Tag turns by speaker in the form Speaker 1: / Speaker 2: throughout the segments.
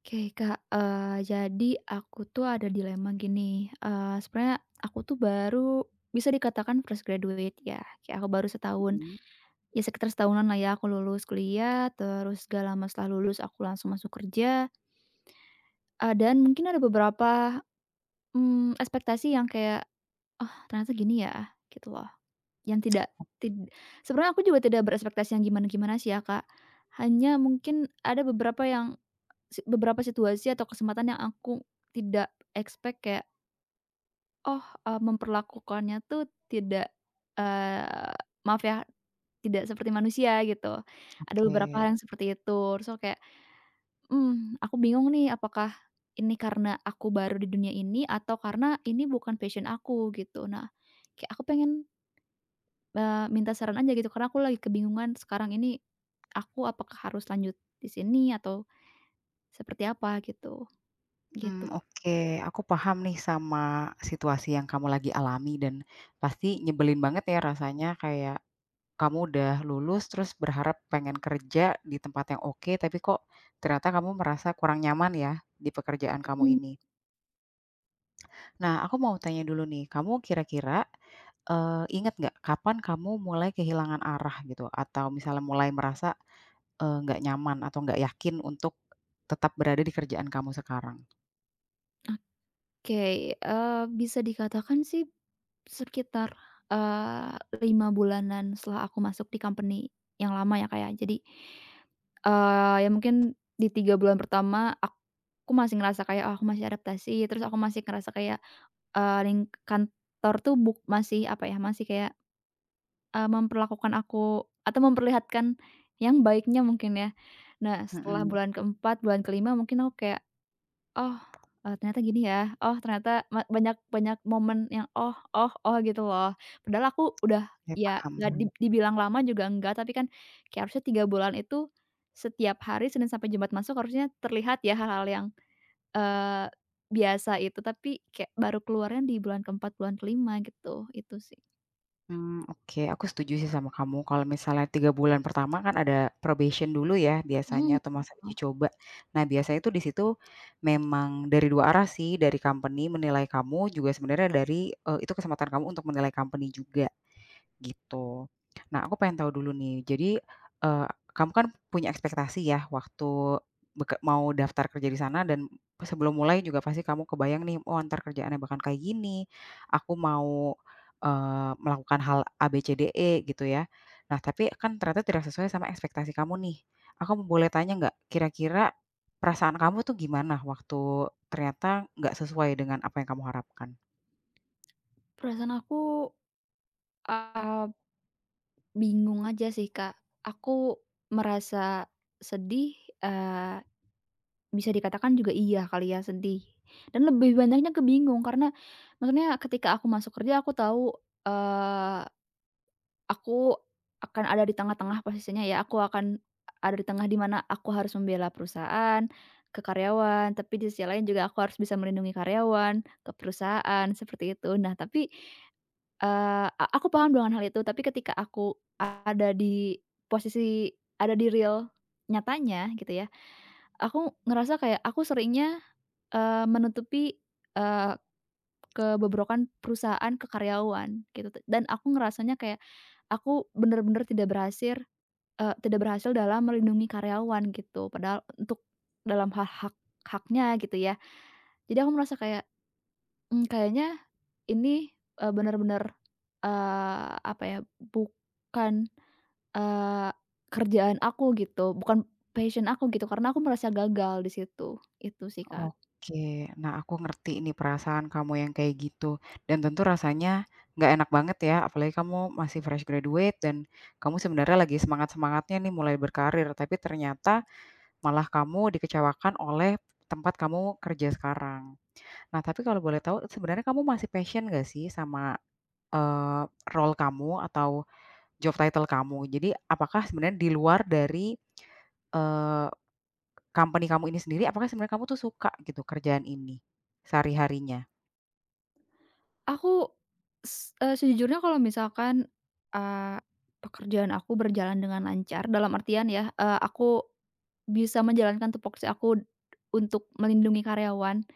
Speaker 1: Oke Kak, jadi aku tuh ada dilema gini. Sebenarnya aku tuh baru bisa dikatakan fresh graduate ya, kayak aku baru setahun,
Speaker 2: Mhm.
Speaker 1: ya sekitar setahunan lah ya aku lulus kuliah. Terus gak lama setelah lulus aku langsung masuk kerja. Dan mungkin ada beberapa, ekspektasi yang kayak, "Oh ternyata gini ya," gitu loh. Yang tidak tid Sebenarnya aku juga tidak berespektasi yang gimana-gimana sih ya Kak. Hanya mungkin ada beberapa yang Si beberapa situasi atau kesempatan yang aku tidak expect kayak, oh, memperlakukannya tuh tidak, eee, maaf ya, tidak seperti manusia gitu. Ada beberapa
Speaker 2: Oke,
Speaker 1: hal yang seperti itu. Terus aku kayak, aku bingung nih apakah ini karena aku baru di dunia ini atau karena ini bukan passion aku gitu. Nah, kayak aku pengen, minta saran aja gitu karena aku lagi kebingungan sekarang ini aku apakah harus lanjut di sini atau seperti apa gitu, gitu,
Speaker 2: mmm,
Speaker 1: Kak.
Speaker 2: oke, aku paham nih sama situasi yang kamu lagi alami dan pasti nyebelin banget ya rasanya kayak kamu udah lulus terus berharap pengen kerja di tempat yang oke, tapi kok ternyata kamu merasa kurang nyaman ya di pekerjaan kamu
Speaker 1: Mhm.
Speaker 2: ini. Nah, aku mau tanya dulu nih, kamu kira-kira, inget nggak kapan kamu mulai kehilangan arah gitu atau misalnya mulai merasa, nggak nyaman atau nggak yakin untuk tetap berada di kerjaan kamu sekarang?
Speaker 1: Oke, bisa dikatakan sih sekitar, 5 bulanan setelah aku masuk di company yang lama ya, kayak. Jadi, ya mungkin di 3 bulan pertama aku masih ngerasa kayak, oh, aku masih adaptasi. Terus aku masih ngerasa kayak, eee, ling kantor tuh masih apa ya, masih kayak, memperlakukan aku atau memperlihatkan yang baiknya mungkin ya. Nah, setelah
Speaker 2: Mhm.
Speaker 1: bulan keempat, bulan kelima mungkin aku kayak, oh, ternyata gini ya, oh ternyata banyak banyak momen yang, "Oh oh oh," gitu loh. Padahal aku udah
Speaker 2: Oke,
Speaker 1: ya
Speaker 2: paham
Speaker 1: nggak
Speaker 2: paham.
Speaker 1: dibilang lama juga enggak, tapi kan kayak harusnya 3 bulan itu setiap hari Senin sampai Jumat masuk harusnya terlihat ya hal-hal yang, eee, biasa itu, tapi kayak baru keluarnya di bulan keempat bulan kelima gitu, itu sih.
Speaker 2: Oke, aku setuju sih sama kamu, kalau misalnya 3 bulan pertama kan ada probation dulu ya
Speaker 1: Mmm.
Speaker 2: biasanya atau masa uji
Speaker 1: Oh,
Speaker 2: coba. Nah, biasanya itu di situ memang dari 2 arah sih, dari company menilai kamu, juga sebenarnya dari, itu kesempatan kamu untuk menilai company juga. Gitu. Nah, aku pengen tahu dulu nih. Jadi, eee, kamu kan punya ekspektasi ya waktu mau daftar kerja di sana dan sebelum mulai juga pasti kamu kebayang nih, "Oh, antar kerjaannya bahkan kayak gini. Aku mau, melakukan hal A, B, C, D, E," gitu ya. Nah, tapi kan ternyata tidak sesuai sama ekspektasi kamu nih. Aku boleh tanya nggak, kira-kira perasaan kamu tuh gimana waktu ternyata nggak sesuai dengan apa yang kamu harapkan?
Speaker 1: perasaan aku, eee, bingung aja sih, Kak. Aku merasa sedih, eee bisa dikatakan juga iya kali ya, sedih. Dan lebih banyaknya ke bingung karena maksudnya ketika aku masuk kerja aku tahu, eee, aku akan ada di tengah-tengah posisinya ya, aku akan ada di tengah di mana aku harus membela perusahaan, ke karyawan, tapi di sisi lain juga aku harus bisa melindungi karyawan, ke perusahaan, seperti itu. Nah, tapi Eee, a aku paham dengan hal itu, tapi ketika aku ada di real nyatanya gitu ya, aku ngerasa kayak aku seringnya, menutupi, eee, kebobrokan perusahaan ke karyawan gitu dan aku ngerasanya kayak aku bener-bener tidak berhasil, tidak berhasil dalam melindungi karyawan gitu, padahal untuk dalam hal haknya gitu ya. Jadi aku merasa kayak, kayaknya ini, bener-bener, apa ya, bukan, eee, kerjaan aku gitu, bukan passion aku gitu, karena aku merasa gagal di situ, itu sih, Kak.
Speaker 2: Oke. Nah, aku ngerti nih perasaan kamu yang kayak gitu. Dan tentu rasanya nggak enak banget ya, apalagi kamu masih fresh graduate dan kamu sebenarnya lagi semangat-semangatnya nih mulai berkarir, tapi ternyata malah kamu dikecewakan oleh tempat kamu kerja sekarang. Nah, tapi kalau boleh tahu sebenarnya kamu masih passion nggak sih sama, eee, role kamu atau job title kamu? Jadi apakah sebenarnya di luar dari, eh, Company kamu ini sendiri, apakah sebenarnya kamu tuh suka gitu kerjaan ini, sehari-harinya?
Speaker 1: Aku Sejujurnya kalau misalkan, eee, pekerjaan aku berjalan dengan lancar, dalam artian ya, aku bisa menjalankan tupoksi aku untuk melindungi karyawan,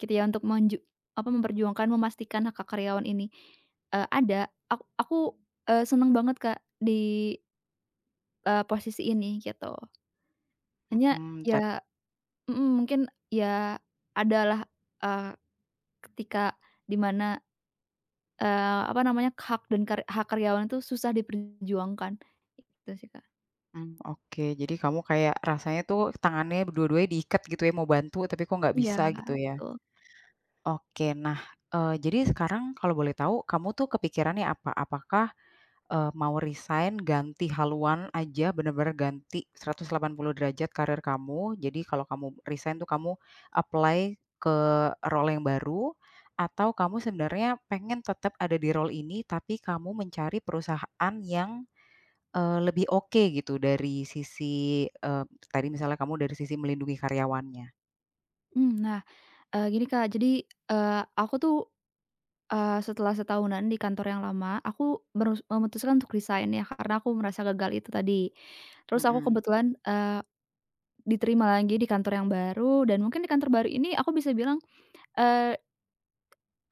Speaker 1: gitu ya, untuk apa, memperjuangkan, memastikan hak-hak karyawan ini, ada. Aku seneng banget, Kak, di, posisi ini, gitu. Hanya
Speaker 2: Mhm, tap
Speaker 1: ya, mhm, mungkin ya adalah, eee, ketika dimana mana, eh, apa namanya, hak karyawan itu susah diperjuangkan, gitu sih, Kak.
Speaker 2: mmm, oke. Jadi kamu kayak rasanya tuh tangannya dua-duanya diikat gitu ya, mau bantu tapi kok nggak
Speaker 1: Iya,
Speaker 2: bisa gitu ya?
Speaker 1: betul.
Speaker 2: Oke, nah, jadi sekarang kalau boleh tahu kamu tuh kepikirannya apa? Apakah mau resign, ganti haluan aja, bener-bener ganti 180 derajat karir kamu. Jadi kalau kamu resign tuh kamu apply ke role yang baru, atau kamu sebenarnya pengen tetap ada di role ini, tapi kamu mencari perusahaan yang, lebih oke gitu dari sisi, eee, tadi misalnya kamu dari sisi melindungi karyawannya.
Speaker 1: Nah, gini, Kak, jadi, eee, aku tuh Eee, setelah setahunan di kantor yang lama, aku memutuskan untuk resign ya, karena aku merasa gagal itu tadi. Terus aku
Speaker 2: Mhm.
Speaker 1: kebetulan, diterima lagi di kantor yang baru dan mungkin di kantor baru ini aku bisa bilang, eee,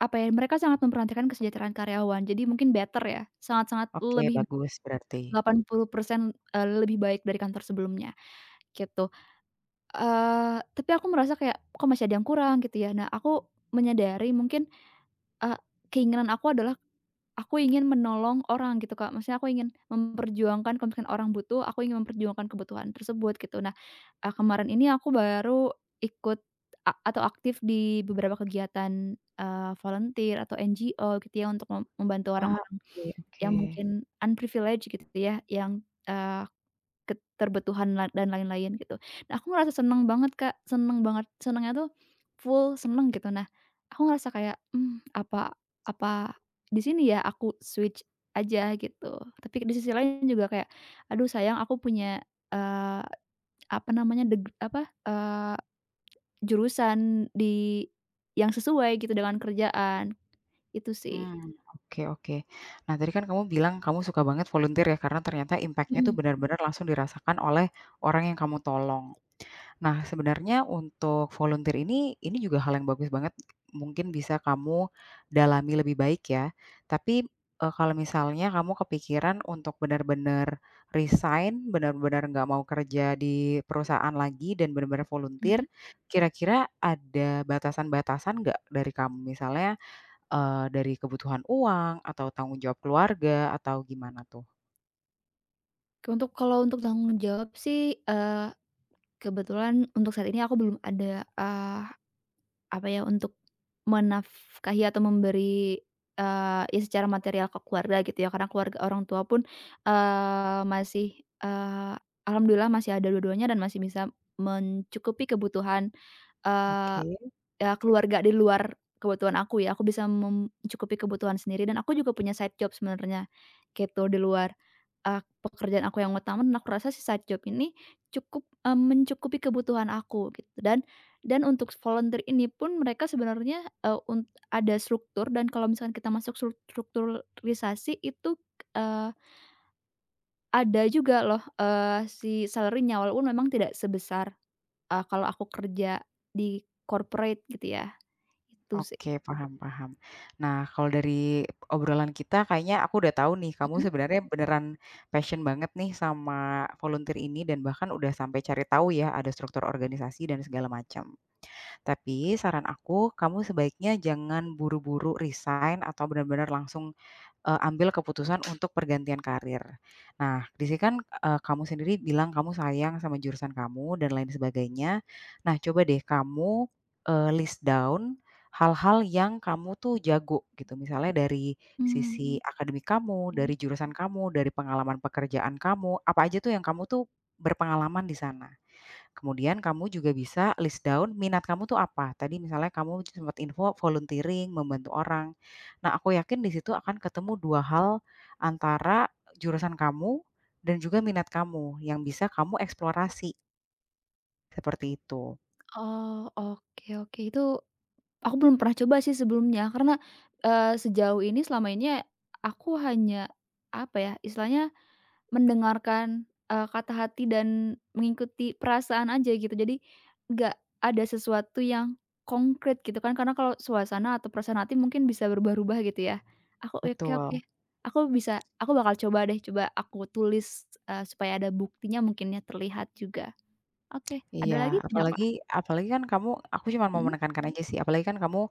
Speaker 1: apa ya, mereka sangat memperhatikan kesejahteraan karyawan. Jadi mungkin better ya, sangat-sangat
Speaker 2: Oke,
Speaker 1: lebih
Speaker 2: bagus berarti.
Speaker 1: 80%, lebih baik dari kantor sebelumnya, gitu. Tapi aku merasa kayak, kok masih ada yang kurang gitu ya. Nah, aku menyadari mungkin, eee, keinginan aku adalah aku ingin menolong orang gitu, Kak. Maksudnya aku ingin memperjuangkan kalau misalkan orang butuh, aku ingin memperjuangkan kebutuhan tersebut gitu. Nah, kemarin ini aku baru ikut atau aktif di beberapa kegiatan, volunteer atau NGO gitu ya untuk membantu
Speaker 2: Ah,
Speaker 1: orang-orang
Speaker 2: oke oke.
Speaker 1: yang mungkin unprivileged gitu ya, yang, eh, keterbutuhan dan lain-lain gitu. Nah, aku ngerasa seneng banget, Kak, seneng banget, senengnya tuh full seneng gitu. Nah, aku ngerasa kayak, apa apa di sini ya aku switch aja gitu. Tapi di sisi lain juga kayak, aduh sayang aku punya, eee, apa namanya, apa, eee, jurusan di yang sesuai gitu dengan kerjaan, itu sih.
Speaker 2: Mmm, oke oke. Nah, tadi kan kamu bilang kamu suka banget volunteer ya, karena ternyata impact-nya tuh
Speaker 1: Mhm,
Speaker 2: benar-benar langsung dirasakan oleh orang yang kamu tolong. Nah, sebenarnya untuk volunteer ini juga hal yang bagus banget, mungkin bisa kamu dalami lebih baik ya. Tapi, kalau misalnya kamu kepikiran untuk benar-benar resign, benar-benar nggak mau kerja di perusahaan lagi dan benar-benar volunteer,
Speaker 1: mhm.
Speaker 2: kira-kira ada batasan-batasan nggak dari kamu? Misalnya dari kebutuhan uang atau tanggung jawab keluarga atau gimana tuh?
Speaker 1: Kalau untuk tanggung jawab sih, kebetulan untuk saat ini aku belum ada, apa ya, untuk menafkahi atau memberi, ya secara material ke keluarga gitu ya, karena keluarga orang tua pun, masih, eee, alhamdulillah masih ada dua-duanya dan masih bisa mencukupi kebutuhan.
Speaker 2: Oke
Speaker 1: Ya keluarga di luar kebutuhan aku ya, aku bisa mencukupi kebutuhan sendiri dan aku juga punya side job sebenarnya, gitu di luar, pekerjaan aku yang utama dan aku rasa si side job ini cukup, mencukupi kebutuhan aku gitu dan untuk volunteer ini pun mereka sebenarnya, eee, un ada struktur dan kalau misalkan kita masuk strukturalisasi itu, eee, ada juga loh, si salary-nya walaupun memang tidak sebesar, kalau aku kerja di corporate gitu ya, itu sih.
Speaker 2: oke, paham paham. Nah, kalau dari obrolan kita kayaknya aku udah tahu nih kamu
Speaker 1: Mhm,
Speaker 2: sebenarnya beneran passion banget nih sama volunteer ini dan bahkan udah sampai cari tahu ya ada struktur organisasi dan segala macam. Tapi saran aku, kamu sebaiknya jangan buru-buru resign atau benar-benar langsung ambil keputusan untuk pergantian karir. Nah, di sini kan, kamu sendiri bilang kamu sayang sama jurusan kamu dan lain sebagainya. Nah, coba deh kamu, list down hal-hal yang kamu tuh jago gitu, misalnya dari
Speaker 1: mmm.
Speaker 2: sisi akademik kamu, dari
Speaker 1: Oke.
Speaker 2: jurusan kamu, dari pengalaman pekerjaan kamu, apa aja tuh yang kamu tuh berpengalaman di sana? Kemudian kamu juga bisa list down minat kamu tuh apa. Tadi misalnya kamu sempat info volunteering, membantu orang. Nah, aku yakin di situ akan ketemu 2 hal antara jurusan kamu dan juga minat kamu yang bisa kamu eksplorasi, seperti itu.
Speaker 1: Oh, oke oke. Itu aku belum pernah coba sih sebelumnya karena, sejauh ini selama ini ya aku hanya, apa ya, istilahnya mendengarkan, kata hati dan mengikuti perasaan aja gitu. Jadi nggak ada sesuatu yang konkret gitu kan, karena kalau suasana atau perasaan hati mungkin bisa berubah-ubah gitu ya. Aku oke oke,
Speaker 2: Betul,
Speaker 1: aku bakal coba deh, coba aku tulis, supaya ada buktinya mungkin ya, terlihat juga. Oke, ada lagi
Speaker 2: iya.
Speaker 1: tidak, Kak?
Speaker 2: Apalagi apalagi kan kamu aku cuma mau
Speaker 1: Mhm.
Speaker 2: menekankan aja sih, apalagi kan kamu,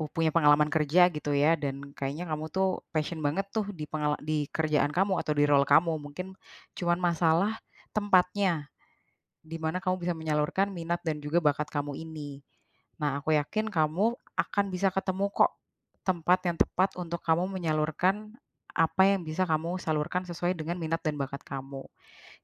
Speaker 2: punya pengalaman kerja gitu ya dan kayaknya kamu tuh passion banget tuh di di kerjaan kamu atau di role kamu. Mungkin cuman masalah tempatnya. Di mana kamu bisa menyalurkan minat dan juga bakat kamu ini. Nah, aku yakin kamu akan bisa ketemu kok tempat yang tepat untuk kamu menyalurkan apa yang bisa kamu salurkan sesuai dengan minat dan bakat kamu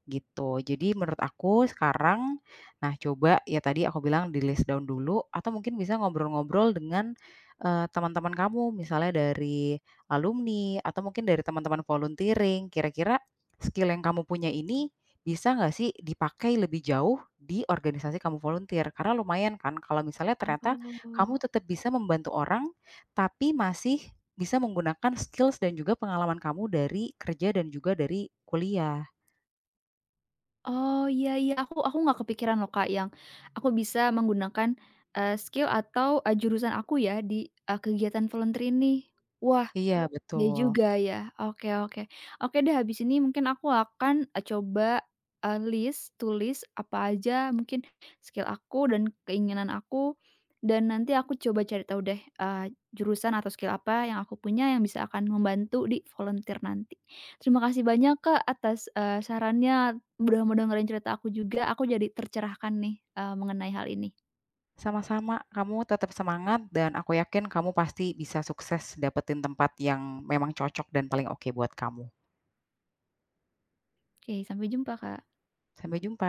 Speaker 2: gitu. Jadi menurut aku sekarang, nah coba ya tadi aku bilang di list down dulu atau mungkin bisa ngobrol-ngobrol dengan, teman-teman kamu misalnya dari alumni atau mungkin dari teman-teman volunteering, kira-kira skill yang kamu punya ini bisa nggak sih dipakai lebih jauh di organisasi kamu volunteer? Karena lumayan kan kalau misalnya ternyata kamu
Speaker 1: Oh.
Speaker 2: tetap bisa membantu orang, tapi masih bisa menggunakan skills dan juga pengalaman kamu dari kerja dan juga dari kuliah.
Speaker 1: Oh, iya iya, aku nggak kepikiran loh, Kak, yang aku bisa menggunakan, skill atau, jurusan aku ya di, kegiatan volunteer ini. Wah,
Speaker 2: Iya,
Speaker 1: iya
Speaker 2: betul.
Speaker 1: juga ya. Oke oke. Oke deh habis ini mungkin aku akan, coba, list, tulis apa aja mungkin skill aku dan keinginan aku, dan nanti aku coba cari tahu deh, jurusan atau skill apa yang aku punya yang bisa akan membantu di volunteer nanti. Terima kasih banyak Kak atas, sarannya, udah mau dengerin cerita aku juga, aku jadi tercerahkan nih, mengenai hal ini.
Speaker 2: Sama-sama, kamu tetap semangat dan aku yakin kamu pasti bisa sukses dapetin tempat yang memang cocok dan paling oke buat kamu.
Speaker 1: Oke sampai jumpa Kak.
Speaker 2: Sampai jumpa.